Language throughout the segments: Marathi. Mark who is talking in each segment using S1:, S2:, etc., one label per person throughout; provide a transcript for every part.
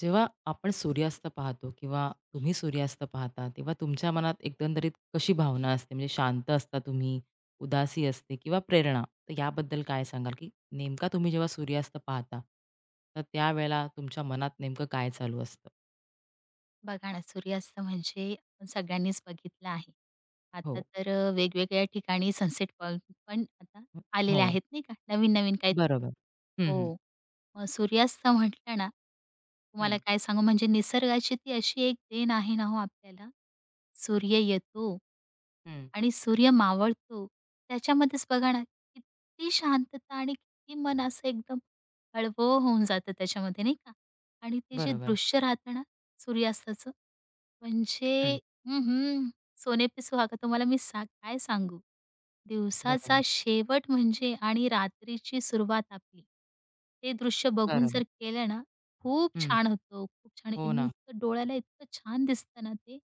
S1: जेव्हा आपण सूर्यास्त पाहतो किंवा तुम्ही सूर्यास्त पाहता, तेव्हा तुमच्या मनात एकंदरीत कशी भावना असते? म्हणजे शांत असता तुम्ही, उदासी असते किंवा प्रेरणा? तर याबद्दल काय सांगाल, की नेमका तुम्ही जेव्हा सूर्यास्त पाहता, तर त्यावेळेला तुमच्या मनात नेमकं काय चालू असतं?
S2: बघा ना, सूर्यास्त म्हणजे आपण सगळ्यांनीच बघितला आहे. आता
S1: हो,
S2: तर वेगवेगळ्या ठिकाणी सनसेट पॉइंट पण आता
S1: हो,
S2: आलेले आहेत नाही का, नवीन-नवीन काहीतरी.
S1: बरोबर. हं, हं,
S2: हो, मग सूर्यास्त म्हटलं ना, तुम्हाला
S1: हं,
S2: काय सांगू म्हणजे निसर्गाची ती अशी एक देण आहे ना हो आपल्याला, सूर्य येतो
S1: हं,
S2: आणि सूर्य मावळतो. त्याच्यामध्येच बघा ना, किती शांतता आणि किती मन असं एकदम हळवं होऊन जातं त्याच्यामध्ये नाही का? आणि ते जे
S1: बरोबर.
S2: दृश्य राहतं ना सूर्यास्ताचं, म्हणजे
S1: हं,
S2: हं, सोने पे सुहागा तुम्हाला मी सा काय सांगू? दिवसाचा
S1: बरोबर,
S2: शेवट म्हणजे आणि रात्रीची सुरुवात आपली. ते दृश्य बघून
S1: बरोबर.
S2: जर केलं ना, खूप
S1: हं,
S2: छान होतं. खूप छान
S1: हो
S2: आणि
S1: ना.
S2: इतकं डोळ्याला इतकं छान दिसतं ना ते.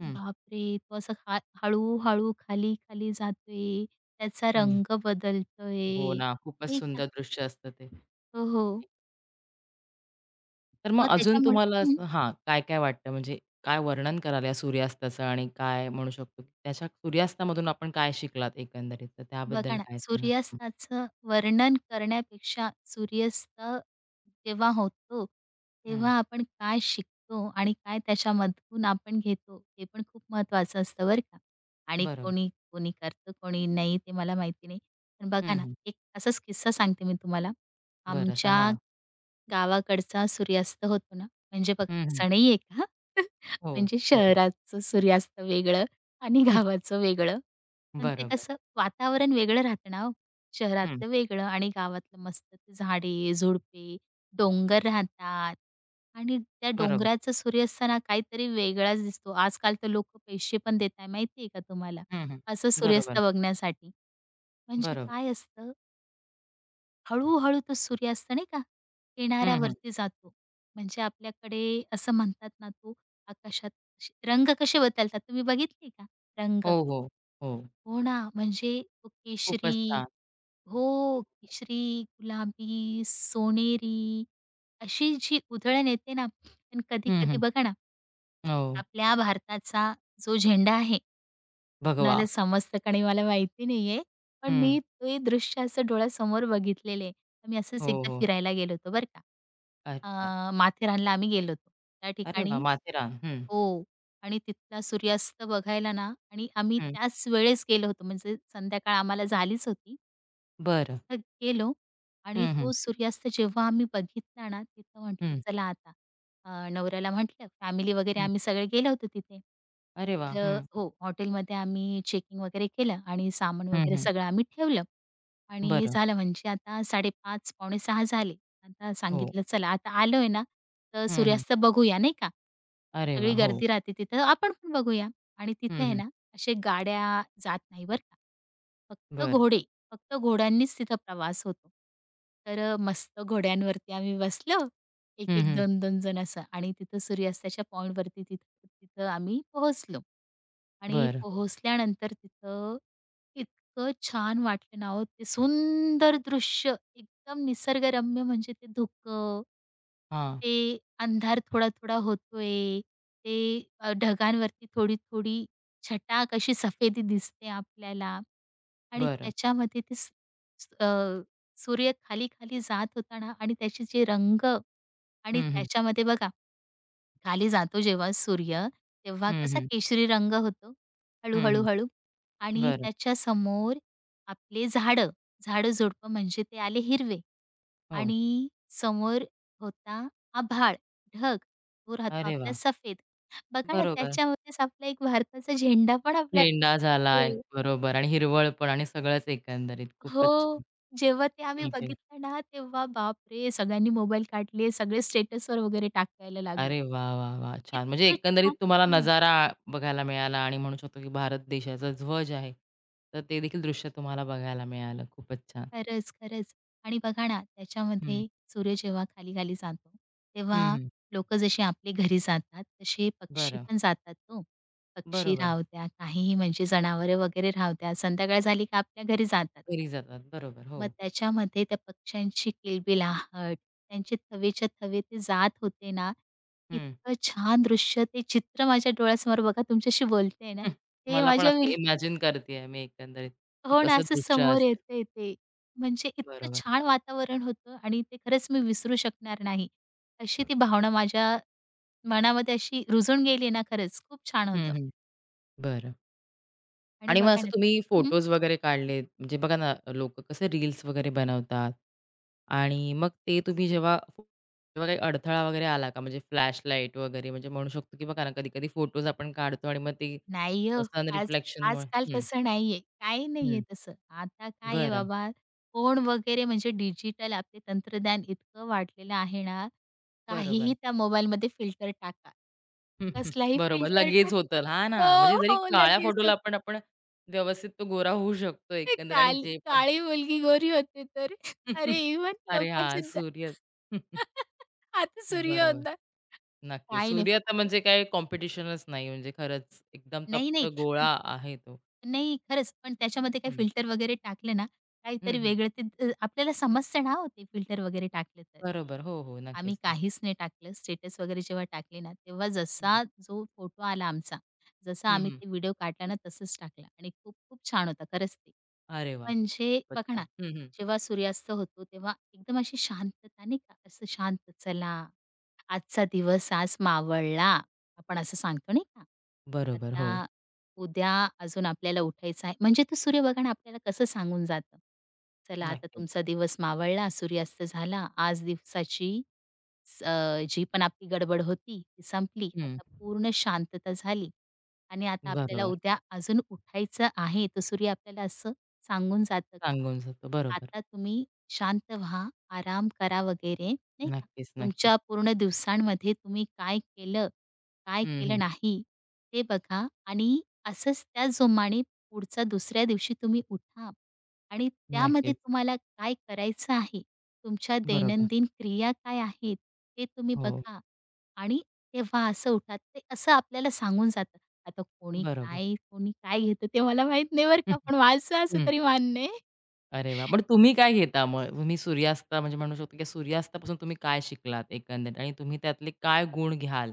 S1: हं,
S2: बापरे! तो असं हा हळू-हळू, खाली-खाली जातोय, त्याचा
S1: हं.
S2: रंग
S1: हो
S2: बदलतोय,
S1: ना, खूपच
S2: नाही का?
S1: सुंदर दृश्य असतं ते.
S2: हो, हो.
S1: तर मग
S2: मग
S1: अजून
S2: त्याच्यामुळे
S1: तुम्हाला
S2: हं.
S1: असं हां, काय-काय वाटतं म्हणजे काय वर्णन कराल या सूर्यास्ताचं आणि काय म्हणू शकतो, की त्याच्या सूर्यास्तामधून आपण काय शिकलात एकंदरीत? तर त्याबद्दल
S2: बघा ना,
S1: काय सांगाल? हं,
S2: सूर्यास्ताचं वर्णन करण्यापेक्षा सूर्यास्त जेव्हा होतो,
S1: हं.
S2: तेव्हा आपण काय शिकतो आणि काय त्याच्यामधून आपण घेतो, हे पण खूप महत्त्वाचं असतं बरं का. आणि
S1: बरोबर.
S2: कोणी कोणी करतं, कोणी नाही ते मला माहिती नाही. पण बघा
S1: हं,
S2: ना,
S1: हं.
S2: एक असाच किस्सा सांगते मी तुम्हाला.
S1: बरं सांगा
S2: आमच्या
S1: ना.
S2: गावाकडचा सूर्यास्त होतो ना, म्हणजे बघा
S1: हं, हं.
S2: असं नाहीये का
S1: हो,
S2: म्हणजे
S1: हो.
S2: शहराचं सूर्यास्त वेगळं आणि
S1: हं.
S2: गावाचं वेगळं. पण ते
S1: बरोबर.
S2: कसं वातावरण वेगळं राहतं ना हो.
S1: हं.
S2: शहरातलं वेगळं आणि गावातलं मस्त ते झाडे, झुडपे, डोंगर राहतात आणि त्या
S1: बरोबर.
S2: डोंगराचा सूर्यास्ताना काहीतरी वेगळाच दिसतो. आजकाल तर लोकं पैसे पण देत आहे माहिती आहे का तुम्हाला?
S1: हं, हं.
S2: असं
S1: बरोबर,
S2: सूर्यास्त बघण्यासाठी. म्हणजे
S1: बरोबर.
S2: काय असतं, हळू तो सूर्यास्त नाही का
S1: हं, हं.
S2: किनाऱ्यावरती जातो. म्हणजे आपल्याकडे असं म्हणतात ना, तो आकाशात अशे रंग कसे बदलतात तुम्ही बघितले का? रंग
S1: हो, हो, हो.
S2: हो ना, म्हणजे तो केशरी
S1: खूपच छान.
S2: हो, केशरी, गुलाबी, सोनेरी अशी जी उधळण येते ना आणि
S1: हं,
S2: कधी-कधी
S1: हं.
S2: बघा ना,
S1: हो.
S2: आपल्या भारताचा जो झेंडा आहे,
S1: भगवा.
S2: कुणाला समजतं का नाही मला माहिती नाहीये. पण
S1: हं.
S2: मी ते दृश्य असं डोळ्यासमोर बघितलेलं आहे. आम्ही असंच
S1: हो,
S2: एकदा
S1: हो.
S2: फिरायला गेलो होतो बरं का.
S1: अच्छा.
S2: माथेरानला आम्ही गेलो होतो. त्या
S1: अरे वाह!
S2: ठिकाणी
S1: माथेरान. हं,
S2: हो. आणि तिथला सूर्यास्त बघायला ना आणि आम्ही
S1: हं.
S2: त्याच वेळेस गेलो होतो म्हणजे संध्याकाळ आम्हाला झालीच होती.
S1: बरं.
S2: तिथं गेलो आणि
S1: हं, हं.
S2: तो सूर्यास्त जेव्हा आम्ही बघितला ना, तिथं म्हटलं
S1: हं,
S2: चला आता नवऱ्याला म्हटलं फॅमिली वगैरे
S1: हं.
S2: आम्ही सगळे गेलो होतो तिथे.
S1: अरे वा
S2: तर
S1: हं.
S2: हो, हॉटेलमध्ये आम्ही चेकिंग वगैरे केलं आणि सामान
S1: हं,
S2: वगैरे
S1: हं.
S2: सगळं आम्ही ठेवलं आणि
S1: बरं.
S2: झालं म्हणजे आता 5:30 पावणे 6 झाले. आता
S1: हो.
S2: सांगितलं चला आता आलोय ना, तर
S1: हं, हं.
S2: सूर्यास्त बघूया नाही का.
S1: अरे वाह!
S2: सगळी
S1: हो.
S2: गर्दी राहते तिथं आपण पण बघूया आणि तिथे
S1: हं,
S2: आहे
S1: हं.
S2: ना, असे गाड्या जात नाही बरं का. फक्त
S1: बरं.
S2: घोडे फक्त घोड्यांनीच तिथं प्रवास होतो. तर मस्त घोड्यांवरती आम्ही बसलो. एक,
S1: हं,
S2: एक,
S1: हं.
S2: दोन, दोन जण असं आणि तिथं सूर्यास्ताच्या पॉइंटवरती तिथं तिथं आम्ही पोहोचलो. आणि
S1: बरं.
S2: पोहोचल्यानंतर तिथं इतकं छान वाटलं ना हो, ते सुंदर दृश्य एकदम निसर्गरम्य म्हणजे ते धुकं,
S1: हां.
S2: ते अंधार थोडा-थोडा होतोय, ते ढगांवरती थोडी-थोडी छटाक अशी सफेदी दिसते आपल्याला आणि
S1: बरं.
S2: त्याच्यामध्ये ते स स- अ, सूर्य खाली-खाली जात होता ना आणि त्याचे जे रंग आणि
S1: हं, हं.
S2: त्याच्यामध्ये बघा खाली जातो जेव्हा सूर्य, तेव्हा
S1: हं,
S2: कसा
S1: हं.
S2: केशरी रंग होतो
S1: हं,
S2: हळू-हळू,
S1: हं.
S2: हळू आणि
S1: बरं.
S2: त्याच्यासमोर आपले झाडं, झाडं-झुडपं म्हणजे ते आले हिरवे
S1: हो.
S2: आणि समोर होता आभाळ, ढग, तो राहतो
S1: अरे
S2: आपला
S1: वाह!
S2: सफेद. बघा ना,
S1: बरोबर.
S2: त्याच्यामध्येच आपला एक भारताचा झेंडा पण आपल्याला
S1: झेंडा झाला एक
S2: हो,
S1: बरोबर आणि हिरवळ पण आणि सगळंच एकंदरीत खूपच
S2: हो.
S1: छान.
S2: जेव्हा ते आम्ही
S1: नक्कीच.
S2: बघितलं ना, तेव्हा बापरे! सगळ्यांनी मोबाईल काढले, सगळे स्टेटसवर वगैरे टाकायला लागले.
S1: अरे वाह, वाह, वाह! छान. म्हणजे
S2: इतकं
S1: एकंदरीत तुम्हाला
S2: छान
S1: नजारा बघायला मिळाला आणि म्हणू शकतो की भारत देशाचा ध्वज आहे. तर ते देखील दृश्य तुम्हाला बघायला मिळालं. खूपच छान.
S2: खरंच, खरंच. आणि बघा ना,
S1: हं.
S2: त्याच्यामध्ये सूर्य जेव्हा खाली-खाली जातो, तेव्हा
S1: हं, हं.
S2: लोकं जशी आपले घरी जातात, तसे पक्षी
S1: बरं.
S2: पण जातात हो. पक्षी
S1: बरोबर.
S2: राहू द्या, काहीही म्हणजे जनावरे वगैरे राहू द्या, संध्याकाळ झाली की आपल्या घरी जातात.
S1: घरी जातात. बरोबर, हो.
S2: मग त्याच्यामध्ये त्या पक्ष्यांची किलबिलाहट, त्यांचे थवेच्या थवे ते जात होते ना,
S1: हं,
S2: इतकं छान दृश्य, ते चित्र माझ्या डोळ्यासमोर बघा तुमच्याशी बोलते ना,
S1: हं.
S2: ते
S1: मला पण
S2: माझ्या
S1: असं
S2: बिलकुल
S1: इमॅजिन करतेय मी एकंदरीत, की
S2: हो ना,
S1: कसं
S2: असं
S1: दृश्य
S2: समोर
S1: असेल.
S2: येतंय ते. म्हणजे इतकं
S1: बरोबर.
S2: छान वातावरण होतं आणि ते खरंच मी विसरू शकणार नाही. अशी ती भावना माझ्या मनामध्ये अशी रुजून गेली ना खरंच खूप छान
S1: हं,
S2: होतं.
S1: हं. बरं
S2: आणि
S1: आणि मग
S2: बघा
S1: असं
S2: ना
S1: तुम्ही
S2: हं,
S1: फोटोज वगैरे काढलेत, म्हणजे बघा ना, लोकं कसे रील्स वगैरे बनवतात आणि मग ते तुम्ही जेव्हा तेव्हा काही अडथळा वगैरे आला का? म्हणजे फ्लॅशलाईट वगैरे म्हणजे म्हणू शकतो, की बघा ना, कधी-कधी फोटोज आपण काढतो आणि मग ते
S2: नाही हो.
S1: सन
S2: आज
S1: रिफ्लेक्शनमुळे
S2: आजकाल
S1: हं,
S2: तसं नाहीये. काही नाहीये
S1: हं.
S2: तसं. आता काय आहे
S1: बरं,
S2: बाबा फोन वगैरे म्हणजे डिजिटल आपले तंत्रज्ञान इतकं वाढलेलं आहे ना,
S1: बरोबर.
S2: काहीही त्या मोबाईलमध्ये फिल्टर टाका.
S1: हं, हं.
S2: कसलाही
S1: बरोबर.
S2: फिल्टर टाका
S1: लगेच होतं. हा ना, म्हणजे जरी
S2: हो, हो.
S1: काळ्या
S2: लगेच
S1: फोटोला पण आपण व्यवस्थित तो गोरा होऊ शकतो
S2: ते
S1: एकंदर आणि
S2: काली
S1: जे पण
S2: काळी मुलगी गोरी होते तर. अरे इव्हन
S1: अरे हा
S2: लोकांची द
S1: सूर्य
S2: आता सूर्य
S1: बरोबर.
S2: होता.
S1: नक्की.
S2: काही नाही
S1: सूर्य तर
S2: फक्त
S1: म्हणजे काही कॉम्पिटिशनच नाही म्हणजे खरंच एकदम
S2: नाही,
S1: तप्त
S2: नाही. पण
S1: गोळा आहे तो.
S2: नाही, खरंच. पण त्याच्यामध्ये काही
S1: हं.
S2: फिल्टर वगैरे टाकले ना,
S1: हं,
S2: काहीतरी
S1: हं.
S2: वेगळं ते आपल्याला समस्या ना हो ते फिल्टर वगैरे टाकलं तर.
S1: बरोबर. हो, हो.
S2: आम्ही
S1: नक्कीच, नक्की.
S2: काहीच नाही टाकलं. स्टेटस वगैरे जेव्हा टाकले ना, तेव्हा
S1: हं,
S2: जसा जो फोटो आला आमचा, जसा
S1: हं,
S2: आम्ही
S1: हं.
S2: ते व्हिडिओ काढला ना तसंच टाकला आणि खूप खूप छान होता खरंच ते.
S1: अरे वाह!
S2: म्हणजे
S1: खूपच
S2: बघा ना,
S1: छान. हं, हं.
S2: जेव्हा सूर्यास्त होतो तेव्हा एकदम अशी शांतता नाही का, असं शांत चला आजचा दिवस आज मावळला, आपण असं सांगतो नाही का?
S1: बरोबर. हो.
S2: आता उद्या अजून आपल्याला उठायचं आहे. म्हणजे तो सूर्य बघा ना आपल्याला कसं सांगून जातं. चला आता
S1: नक्कीच.
S2: तुमचा दिवस मावळला, सूर्यास्त झाला. आज दिवसाची जी पण आपली गडबड होती ती संपली.
S1: हं.
S2: आता पूर्ण शांतता झाली आणि आता आपल्याला
S1: बरोबर.
S2: उद्या अजून उठायचं आहे. तर सूर्य आपल्याला असं सांगून जातं का,
S1: सांगून जातो. बरोबर.
S2: "आता तुम्ही शांत व्हा, आराम करा" वगैरे नाही का.
S1: नक्कीच, नक्कीच.
S2: तुमच्या पूर्ण दिवसांमध्ये तुम्ही काय केलं, काय
S1: हं,
S2: केलं
S1: हं.
S2: नाही ते बघा आणि असंच त्या जोमाने पुढचा दुसऱ्या दिवशी तुम्ही उठा. आणि त्यामध्ये
S1: नक्कीच.
S2: तुम्हाला काय करायचं आहे, तुमच्या
S1: बरोबर.
S2: दैनंदिन क्रिया काय आहेत, ते तुम्ही
S1: हो.
S2: बघा आणि तेव्हा असं उठा. ते असं आपल्याला सांगून जातं. आता कोणी
S1: बरोबर.
S2: काय, कोणी काय घेतं ते मला माहीत नाही बरं
S1: हं,
S2: का, पण
S1: हं.
S2: माझं असं
S1: हं.
S2: तरी मान्य आहे.
S1: अरे वाह! पण तुम्ही काय घेता मग? तुम्ही सूर्यास्त म्हणजे म्हणू शकतो की सूर्यास्तापासून तुम्ही काय शिकलात एकंदरीत आणि तुम्ही त्यातले काय गुण घ्याल?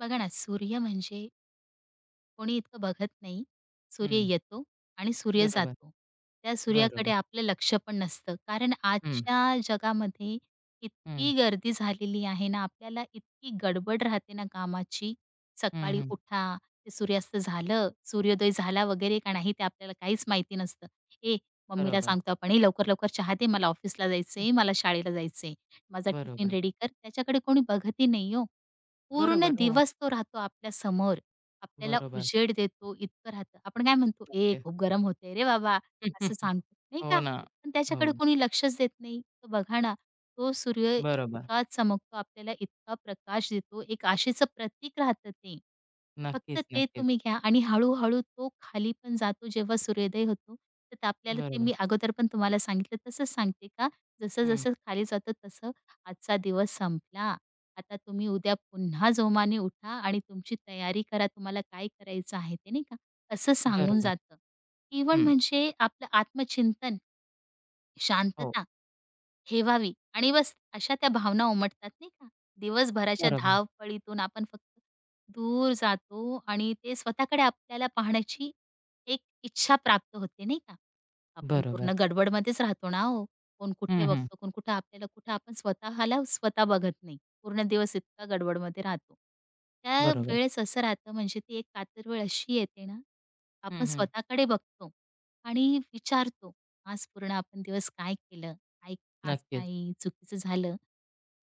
S2: बघा ना, सूर्य म्हणजे कोणी इतकं बघत नाही. सूर्य
S1: हं.
S2: येतो आणि सूर्य
S1: बरोबर,
S2: जातो. त्या सूर्याकडे
S1: बरोबर.
S2: आपलं लक्ष पण नसतं. कारण
S1: हं,
S2: आजच्या जगामध्ये
S1: हं.
S2: इतकी गर्दी झालेली आहे ना, आपल्याला इतकी गडबड राहते ना कामाची.
S1: हं,
S2: सकाळी
S1: हं.
S2: उठा, ते सूर्यास्त झालं, सूर्योदय झाला वगैरे का नाही ते आपल्याला काहीच माहिती नसतं. "ए, मम्मीला
S1: बरोबर.
S2: सांगतो आपण, "ए, लवकर-लवकर चहा दे, मला ऑफिसला
S1: हं.
S2: जायचंय, मला शाळेला जायचंय. माझा टिफिन
S1: बरोबर.
S2: रेडी कर." त्याच्याकडे कोणी बघतही नाही हो. पूर्ण
S1: बरोबर. हो.
S2: दिवस तो राहतो आपल्यासमोर. आपल्याला
S1: बरोबर.
S2: उजेड देतो, इतकं राहतं. आपण काय म्हणतो, "ए,
S1: नक्कीच.
S2: खूप गरम होतंय रे बाबा,"
S1: हं, हं,
S2: असं
S1: हं.
S2: सांगतो, नाही
S1: हो
S2: का?
S1: ना.
S2: पण
S1: हो.
S2: त्याच्याकडे कोणी लक्षच देत नाही. तर बघा ना, तो सूर्य
S1: बरोबर.
S2: इतका चमकतो, आपल्याला इतका प्रकाश देतो. एक आशेचं प्रतीक राहतं ते. फक्त
S1: नक्कीच,
S2: ते
S1: नक्कीच.
S2: तुम्ही घ्या आणि हळू तो खाली पण जातो जेव्हा सूर्योदय होतो. तर ते आपल्याला ते
S1: बरोबर.
S2: मी अगोदर पण तुम्हाला सांगितलं तसंच सांगते का,
S1: हं.
S2: जसं-जसं खाली जातं तसं आजचा दिवस संपला. आता तुम्ही उद्या पुन्हा जोमाने उठा आणि तुमची तयारी करा, तुम्हाला काय करायचं आहे ते, नाही का? असं सांगून
S1: बरोबर.
S2: जातं. इव्हन
S1: हं.
S2: म्हणजे आपलं आत्मचिंतन
S1: हो.
S2: शांतता ठेवावी आणि बस अशा त्या भावना उमटतात नाही का? दिवसभराच्या
S1: बरोबर.
S2: धावपळीतून आपण फक्त दूर जातो आणि ते स्वतःकडे आपल्याला पाहण्याची एक इच्छा प्राप्त होते नाही का? आपण पूर्ण
S1: बरोबर.
S2: गडबडमध्येच राहतो ना हो. कोण कुठे
S1: हं, हं.
S2: बघतो, कोण कुठं आपल्याला कुठं आपण स्वतःला स्वतः बघत नाही. पूर्ण दिवस इतका गडबडमध्ये राहतो. त्या
S1: बरोबर.
S2: वेळेस असं राहतं म्हणजे ती एक कातर वेळ अशी येते ना,
S1: हं,
S2: आपण
S1: हं.
S2: स्वतःकडे बघतो आणि विचारतो आज पूर्ण आपण दिवस काय केलं? काय आज
S1: नक्कीच.
S2: काही चुकीचं झालं?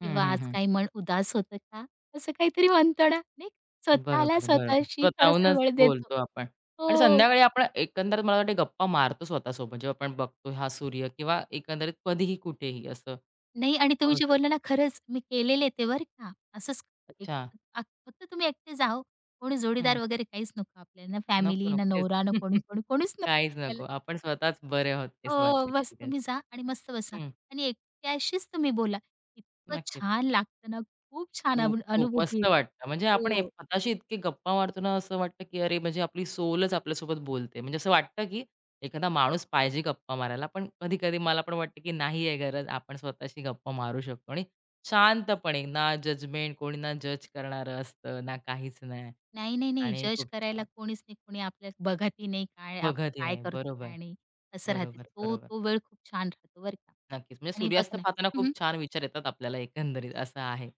S1: हं,
S2: किंवा
S1: हं,
S2: आज
S1: हं.
S2: काही मन उदास होतं का? असं काहीतरी म्हणतो ना, नाही का? स्वतःला
S1: बरोबर, बरोबर.
S2: स्वतःशी थोडासा
S1: स्वतःहूनच
S2: वेळ देतो.
S1: बोलतो आपण आणि
S2: हो.
S1: संध्याकाळी आपण एकंदरीत मला वाटते गप्पा मारतो स्वतःसोबत जेव्हा आपण बघतो हा सूर्य किंवा एकंदरीत कधीही, कुठेही असं
S2: नाही आणि तुम्ही
S1: म्हणू
S2: जे
S1: शकतो.
S2: बोलले ना खरंच मी केलेले ते बरं का. असंच एक
S1: अच्छा.
S2: फक्त तुम्ही एकटे जा हो. कोणी
S1: हं.
S2: जोडीदार वगैरे काहीच नको आपल्याला. ना
S1: नको,
S2: फॅमिली, ना
S1: नको. तेच.
S2: नवरा, ना कोणी, कोणी, कोणीच नको
S1: काहीच नको. आपण स्वतःच बरे आहोत असं
S2: हो,
S1: वाटते
S2: बस
S1: कधी-कधी.
S2: तुम्ही जा आणि मस्त बसा
S1: हं.
S2: आणि एकट्याशीच तुम्ही बोला. इतकं
S1: नक्कीच.
S2: छान लागतं ना, खूप छान
S1: खूप,
S2: अनु
S1: खूप
S2: अनुभूती
S1: मस्त
S2: येते.
S1: वाटतं. म्हणजे आपण एक
S2: हो.
S1: स्वतःशी इतके गप्पा मारतो ना, असं वाटतं, की अरे म्हणजे आपली सोलच आपल्यासोबत बोलते. म्हणजे असं वाटतं, की एखादा माणूस पाहिजे गप्पा मारायला. पण कधी-कधी मला पण वाटतं, की नाही आहे गरज. आपण स्वतःशी गप्पा मारू शकतो आणि शांतपणे ना जजमेंट, कोणी ना जज करणारं असतं, ना काहीच नाही
S2: नाही, नाही, नाही.
S1: आणि
S2: जज
S1: खूप
S2: करायला
S1: छान.
S2: कोणीच नाही. कोणी आपल्याला बघतही नाही, काय आपण
S1: बघतही
S2: काय
S1: नाही.
S2: करते काय नाही. असं राहते. तो
S1: बरोबर.
S2: तो वेळ खूप छान राहतो बरं का.
S1: नक्कीच. म्हणजे
S2: आणि बघ
S1: सूर्यास्त
S2: ना
S1: पाहताना
S2: हं,
S1: खूप छान विचार येतात आपल्याला एकंदरीत असं आहे.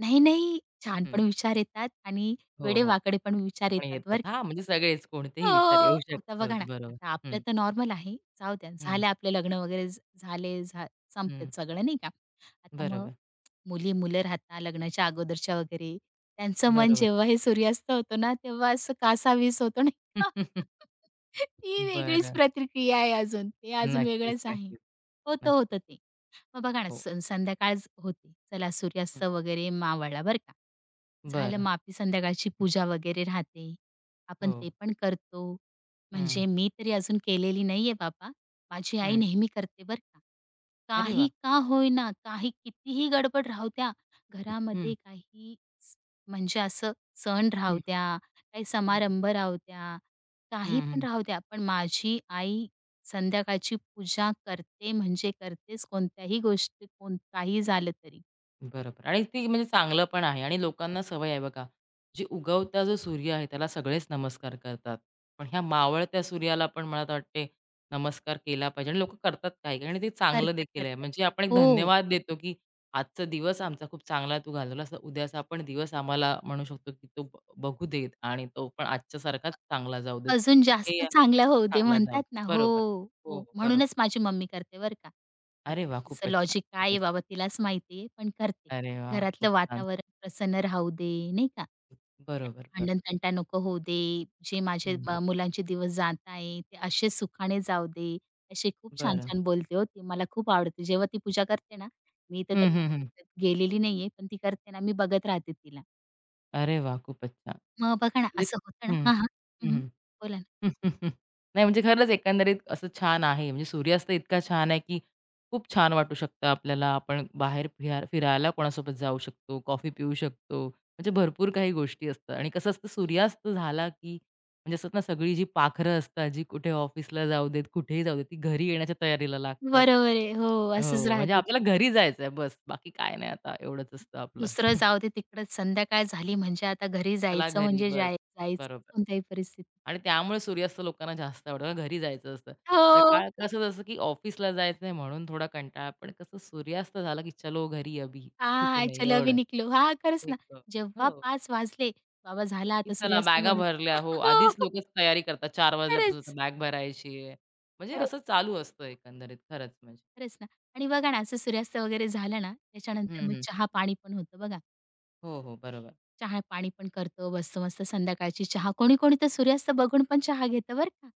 S2: नाही, नाही. छान पण
S1: हं.
S2: विचार येतात आणि
S1: हो, हो.
S2: वेडेवाकडे पण विचार
S1: पण
S2: येतात
S1: येतात.
S2: बरं का.
S1: हां, म्हणजे सगळेच
S2: हो.
S1: कोणतेही विचार येऊ
S2: आता
S1: शकतात.
S2: बघा ना,
S1: बरोबर.
S2: आता आपलं
S1: हं,
S2: तर नॉर्मल आहे. जाऊ द्या,
S1: हं,
S2: झालं आपलं लग्न वगैरे झ- झाले, झा संपलं
S1: हं.
S2: सगळं नाही का. आता मग
S1: बरोबर,
S2: मुली-मुलं राहतात लग्नाच्या अगोदरच्या वगैरे. त्यांचं मन
S1: बरोबर.
S2: जेव्हा हे सूर्यास्त होतो ना, तेव्हा असं कासावीस होतो नाही का. ती वेगळीच
S1: बरं.
S2: प्रतिक्रिया आहे अजून. ते अजून
S1: नक्कीच,
S2: वेगळंच आहे.
S1: नक्कीच,
S2: होतं,
S1: नक्कीच.
S2: होतं ते. मग बघा ना,
S1: हो.
S2: संध्याकाळ होते. चला
S1: हं.
S2: सूर्यास्त वगैरे मावळला बरं का. झालं
S1: बरं.
S2: मग आपली संध्याकाळची पूजा वगैरे राहते. आपण
S1: हो.
S2: ते पण करतो.
S1: हं,
S2: म्हणजे मी तरी अजून केलेली नाहीये बाबा. माझी आई
S1: हं.
S2: नेहमी करते बरं का.
S1: अरे वाह!
S2: काही का होईना, काही कितीही गडबड राहू द्या,
S1: हं,
S2: घरामध्ये काही स म्हणजे असं सण
S1: हं,
S2: राहू द्या, काही
S1: हं,
S2: समारंभ राहू द्या, काही पण
S1: हं,
S2: राहू द्या, पण माझी आई संध्याकाळची पूजा करते म्हणजे करतेच कोणत्याही गोष्टी कोण काही झालं तरी.
S1: बरोबर आणि ती म्हणजे चांगलं पण आहे आणि लोकांना सवय आहे बघा. जी उगवता जो सूर्य आहे त्याला सगळेच नमस्कार करतात. पण ह्या मावळत्या सूर्याला पण मला तर वाटते नमस्कार केला पाहिजे आणि लोकं करतात काही आणि ते चांगलं
S2: करतात,
S1: देखील आहे.
S2: करतात.
S1: म्हणजे आपण एक
S2: हो.
S1: धन्यवाद देतो, की आजचा दिवस आमचा खूप चांगला तू घालवलास. उद्याचा पण दिवस आम्हाला म्हणू शकतो, की तो बघू देत आणि तो पण आजच्यासारखाच चांगला जाऊ देत.
S2: अजून
S1: हे
S2: जास्त चांगल्या होऊ दे
S1: चांगला जाऊ
S2: म्हणतात
S1: देत.
S2: ना. हो,
S1: बरोबर. हो,
S2: हो.
S1: हो, बरोबर.
S2: म्हणूनच माझी मम्मी करते बरं का.
S1: अरे
S2: आता
S1: वाह!
S2: तिचं
S1: खूपच छान.
S2: लॉजिक काय आहे
S1: खूपच.
S2: बाबा तिलाच माहिती आहे, पण करते.
S1: अरे वाह! खूप
S2: घरातलं
S1: छान.
S2: वातावरण प्रसन्न राहू दे, नाही का?
S1: बरोबर, बरोबर.
S2: भांडण-तंटा नको होऊ दे. जे माझे
S1: हं.
S2: मुलांचे दिवस जात आहे, ते असे सुखाने जाऊ दे. असे खूप
S1: बरं.
S2: छान-छान बोलते हो ती. मला खूप आवडते. जेव्हा ती पूजा करते ना, मी तर
S1: हं, हं, हं.
S2: त्याच्यामध्ये गेलेली नाहीये, पण ती करते ना, मी बघत राहते तिला.
S1: अरे वाह! खूपच छान.
S2: मग बघा ना,
S1: म्हणजे
S2: असं होतं ना
S1: हं.
S2: हां, हां.
S1: हं,
S2: हं,
S1: हं.
S2: बोला ना.
S1: नाही म्हणजे खरंच एकंदरीत असं छान आहे. म्हणजे सूर्यास्त इतका छान आहे, की खूप छान वाटू शकतं आपल्याला. आपण बाहेर फिरायला कोणासोबत जाऊ शकतो, कॉफी पिऊ शकतो. म्हणजे भरपूर काही गोष्टी असतात आणि कसं असतं सूर्यास्त झाला, की म्हणजे असतात ना सगळी जी पाखरं असतात, जी कुठे ऑफिसला जाऊ देत, कुठेही जाऊ देत, ती घरी येण्याच्या तयारीला लागतात.
S2: बरोबर आहे. हो, असंच
S1: हो, म्हणजे
S2: राहतं
S1: आपल्याला
S2: ते.
S1: घरी जायचंय बस. बाकी काय नाही आता एवढंच असतं आपलं.
S2: दुसरं जाऊ दे तिकडंच, संध्याकाळ झाली म्हणजे आता घरी
S1: चला
S2: जायचं
S1: घरी
S2: म्हणजे
S1: बस.
S2: जायचं
S1: बरोबर
S2: कोणत्याही परिस्थितीत.
S1: आणि त्यामुळे सूर्यास्त लोकांना जास्त आवडतं. घरी जायचं असतं.
S2: हो.
S1: सकाळ कसं जसं की ऑफिसला जायचं आहे म्हणून थोडा कंटाळा, पण कसं सूर्यास्त झाला की चलो घरी अभी कुछ
S2: हां,
S1: नाही
S2: चलो अभी
S1: एवढं.
S2: निकलो. हां, खरंच ना.
S1: एक
S2: जेव्हा
S1: हो,
S2: 5 वाजले, बाबा झाला
S1: की
S2: आता
S1: चला
S2: सूर्यास्त
S1: बॅगा
S2: होणं.
S1: भरल्या. हो, आधीच
S2: हो,
S1: लोकच तयारी करतात 4 वाजल्यापासून
S2: खरंच.
S1: बॅग भरायची आहे. म्हणजे
S2: खरंच,
S1: असं चालू असतं एकंदरीत खरंच म्हणजे.
S2: खरंच ना. आणि बघा ना, असं सूर्यास्त वगैरे झालं ना, त्याच्यानंतर
S1: हं,
S2: मग
S1: हं.
S2: चहा-पाणी पण होतं बघा.
S1: हो, हो. बरोबर.
S2: चहा-पाणी पण करतो, बसतो मस्त संध्याकाळची चहा. कोणी-कोणी तर सूर्यास्त बघून पण चहा घेतं बरं का.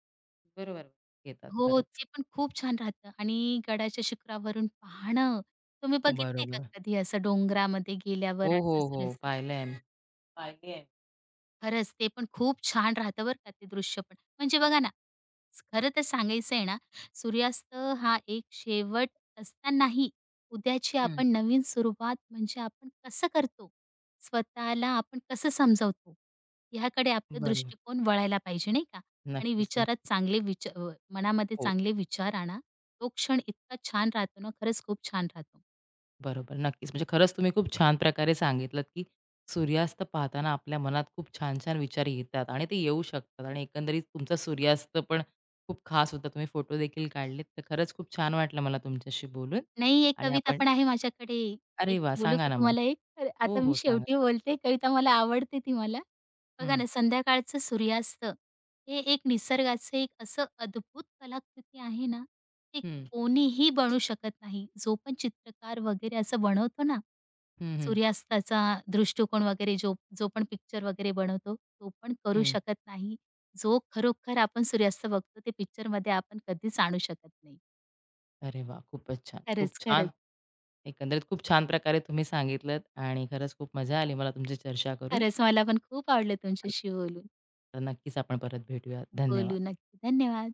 S1: बरोबर घेतात
S2: हो,
S1: खरंच.
S2: ते पण खूप छान राहतं आणि गडाच्या शिखरावरून पाहणं. तुम्ही बघितलंय का
S1: बरोबर.
S2: कधी असं डोंगरामध्ये गेल्यावर
S1: हो, हो,
S2: असं
S1: हो.
S2: सूर्यास्त?
S1: पाहिलंय आम्ही. पाहिली आहे.
S2: खरंच ते पण खूप छान राहतं बरं का ते दृश्य पण. म्हणजे बघा ना, खरं तर सांगायचं आहे ना, सूर्यास्त हा एक शेवट असतानाही उद्याची
S1: हं.
S2: आपण नवीन सुरुवात म्हणजे आपण कसं करतो? स्वतःला आपण कसं समजावतो? ह्याकडे आपला
S1: बरोबर.
S2: दृष्टिकोन वळायला पाहिजे नाही का? आणि
S1: नक्कीच,
S2: विचारात
S1: नक्की.
S2: चांगले विचा मनामध्ये
S1: हो.
S2: चांगले विचार आणा. तो क्षण इतका छान राहतो ना, खरंच खूप छान राहतो.
S1: बरोबर, नक्कीच. म्हणजे खरंच तुम्ही खूप छान प्रकारे सांगितलत, की सूर्यास्त पाहताना आपल्या मनात खूप छान-छान विचार येतात आणि ते येऊ शकतात आणि एकंदरीत तुमचा सूर्यास्त पण खूप खास होता. तुम्ही फोटो देखील काढलेत. तर खरंच खूप छान वाटलं मला तुमच्याशी बोलून
S2: नाही, एक
S1: आणि
S2: कविता
S1: आपण
S2: पण आहे माझ्याकडे.
S1: अरे
S2: एक
S1: वाह!
S2: बोलू
S1: सांगा
S2: का
S1: ना मग.
S2: तुम्हाला एक? तर
S1: हो,
S2: आता मी
S1: हो, सांगा.
S2: शेवटी बोलते. कविता मला आवडते ती मला. बघा
S1: हं,
S2: ना, संध्याकाळचं सूर्यास्त हे एक निसर्गाचं एक असं अद्भुत कलाकृती आहे ना, ते
S1: हं,
S2: कोणीही बनवू शकत नाही. जो पण चित्रकार वगैरे असं बनवतो ना,
S1: हं, हं,
S2: सूर्यास्ताचा दृष्टिकोन वगैरे जो जो पण पिक्चर वगैरे बनवतो, तो पण करू
S1: हं.
S2: शकत नाही. जो खरोखर आपण सूर्यास्त बघतो, ते पिक्चरमध्ये आपण कधीच आणू शकत नाही.
S1: अरे वाह! खूपच छान. खूप
S2: खरंच,
S1: छान.
S2: खरंच.
S1: एकंदरीत खूप छान प्रकारे तुम्ही सांगितलत आणि खरंच खूप मजा आली मला तुमची चर्चा करून.
S2: खरंच मला पण खूप आवडलं तुमच्याशी बोलून.
S1: तर नक्कीच आपण परत भेटूया.
S2: बोलू
S1: धन्यवाद.
S2: नक्की. धन्यवाद.